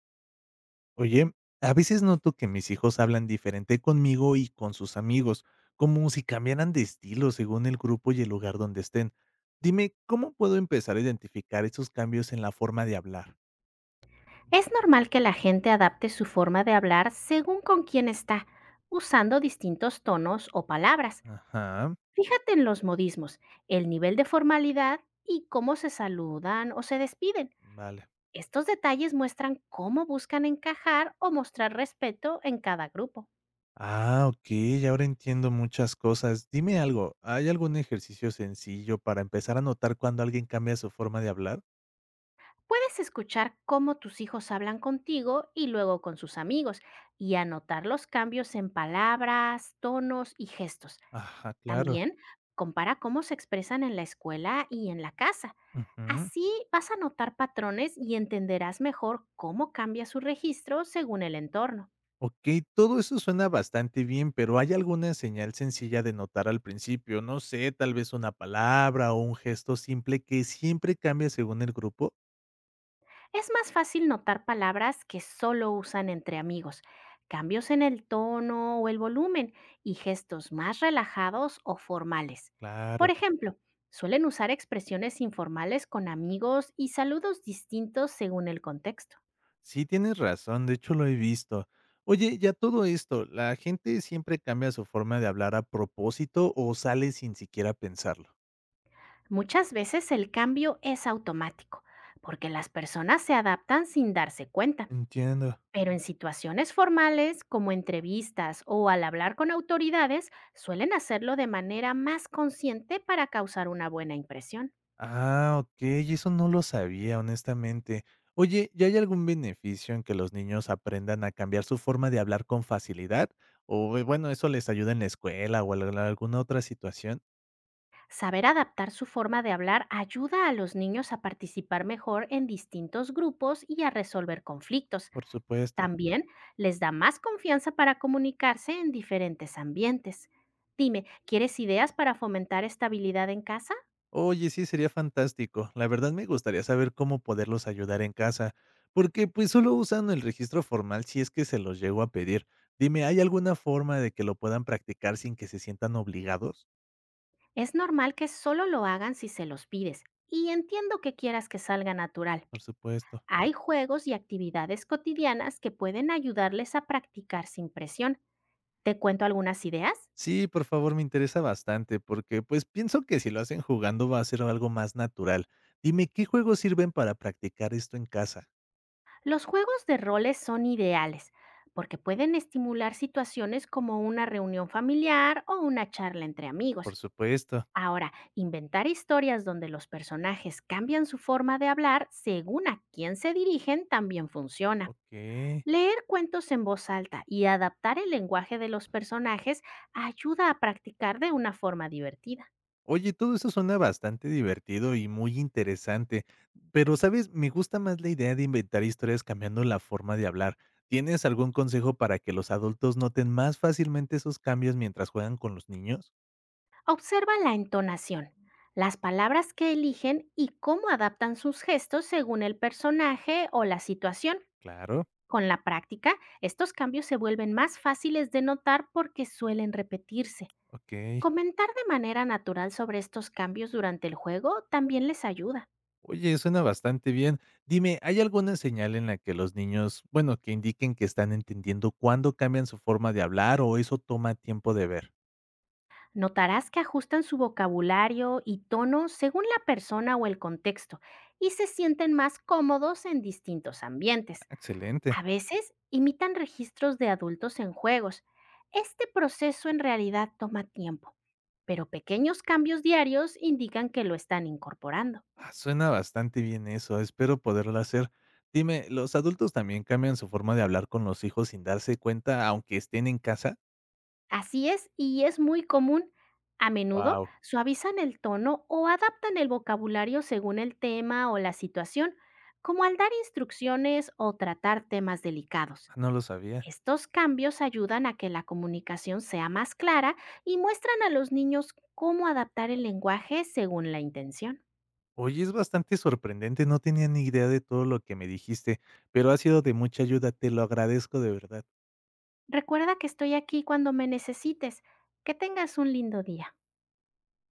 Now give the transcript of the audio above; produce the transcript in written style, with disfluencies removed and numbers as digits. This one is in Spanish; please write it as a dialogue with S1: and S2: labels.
S1: Oye, a veces noto que mis hijos hablan diferente conmigo y con sus amigos, como si cambiaran de estilo según el grupo y el lugar donde estén. Dime, ¿cómo puedo empezar a identificar esos cambios en la forma de hablar?
S2: Es normal que la gente adapte su forma de hablar según con quién está, usando distintos tonos o palabras.
S1: Ajá,
S2: Fíjate en los modismos, el nivel de formalidad y cómo se saludan o se despiden.
S1: vale.
S2: Estos detalles muestran cómo buscan encajar o mostrar respeto en cada grupo.
S1: Ah, ok, ya ahora entiendo muchas cosas. Dime algo, ¿hay algún ejercicio sencillo para empezar a notar cuando alguien cambia su forma de hablar?
S2: Puedes escuchar cómo tus hijos hablan contigo y luego con sus amigos, y anotar los cambios en palabras, tonos y gestos.
S1: Ajá, claro.
S2: También compara cómo se expresan en la escuela y en la casa.
S1: Ujú.
S2: Así vas a notar patrones y entenderás mejor cómo cambia su registro según el entorno.
S1: Ok, todo eso suena bastante bien, pero ¿hay alguna señal sencilla de notar al principio? No sé, tal vez una palabra o un gesto simple que siempre cambia según el grupo.
S2: Es más fácil notar palabras que solo usan entre amigos, cambios en el tono o el volumen y gestos más relajados o formales.
S1: Claro,
S2: Por ejemplo, suelen usar expresiones informales con amigos y saludos distintos según el contexto.
S1: sí tienes razón, de hecho lo he visto. Oye, ya todo esto, ¿la gente siempre cambia su forma de hablar a propósito o sale sin siquiera pensarlo?
S2: Muchas veces el cambio es automático, porque las personas se adaptan sin darse cuenta,
S1: Entiendo.
S2: pero en situaciones formales, como entrevistas o al hablar con autoridades, suelen hacerlo de manera más consciente para causar una buena impresión.
S1: Ah, okey, eso no lo sabía, honestamente. Oye, ¿y hay algún beneficio en que los niños aprendan a cambiar su forma de hablar con facilidad? O, bueno, ¿eso les ayuda en la escuela o al alguna otra situación?
S2: Saber adaptar su forma de hablar ayuda a los niños a participar mejor en distintos grupos y a resolver conflictos.
S1: Por supuesto.
S2: También les da más confianza para comunicarse en diferentes ambientes. Dime, ¿quieres ideas para fomentar estabilidad en casa?
S1: Oye, sí, sería fantástico. La verdad me gustaría saber cómo poderlos ayudar en casa, porque, pues, solo usan el registro formal si es que se los llego a pedir. Dime, ¿hay alguna forma de que lo puedan practicar sin que se sientan obligados?
S2: Es normal que solo lo hagan si se los pides, y entiendo que quieras que salga natural.
S1: Por supuesto.
S2: Hay juegos y actividades cotidianas que pueden ayudarles a practicar sin presión. ¿Te cuento algunas ideas?
S1: Sí, por favor, me interesa bastante porque pues pienso que si lo hacen jugando va a ser algo más natural. Dime, ¿qué juegos sirven para practicar esto en casa?
S2: Los juegos de roles son ideales, porque pueden estimular situaciones como una reunión familiar o una charla entre
S1: Por
S2: amigos.
S1: supuesto.
S2: Ahora, inventar historias donde los personajes cambian su forma de hablar según a quién se dirigen también funciona.
S1: Ok.
S2: Leer cuentos en voz alta y adaptar el lenguaje de los personajes ayuda a practicar de una forma divertida.
S1: Oye, todo eso suena bastante divertido y muy interesante, pero sabes, me gusta más la idea de inventar historias cambiando la forma de hablar. ¿Tienes algún consejo para que los adultos noten más fácilmente esos cambios mientras juegan con los niños?
S2: Observa la entonación, las palabras que eligen y cómo adaptan sus gestos según el personaje o la situación.
S1: Claro,
S2: Con la práctica, estos cambios se vuelven más fáciles de notar, porque suelen repetirse.
S1: ok.
S2: Comentar de manera natural sobre estos cambios durante el juego también les ayuda.
S1: Oye, suena bastante bien. Dime, ¿hay alguna señal en la que los niños, bueno, que indiquen que están entendiendo cuándo cambian su forma de hablar o eso toma tiempo de ver?
S2: Notarás que ajustan su vocabulario y tono según la persona o el contexto, y se sienten más cómodos en distintos
S1: Ah,
S2: ambientes.
S1: excelente.
S2: A veces imitan registros de adultos en juegos. Este proceso en realidad toma tiempo, pero pequeños cambios diarios indican que lo están incorporando.
S1: Ah, suena bastante bien eso. Espero poderlo hacer. Dime, ¿los adultos también cambian su forma de hablar con los hijos sin darse cuenta, aunque estén en casa?
S2: Así es, y es muy común. A menudo
S1: Wow,
S2: suavizan el tono o adaptan el vocabulario según el tema o la situación, como al dar instrucciones o tratar temas delicados.
S1: no lo sabía.
S2: Estos cambios ayudan a que la comunicación sea más clara y muestran a los niños cómo adaptar el lenguaje según la intención.
S1: Oye, es bastante sorprendente. No tenía ni idea de todo lo que me dijiste, pero ha sido de mucha ayuda. Te lo agradezco de verdad.
S2: Recuerda que estoy aquí cuando me necesites. Que tengas un lindo día.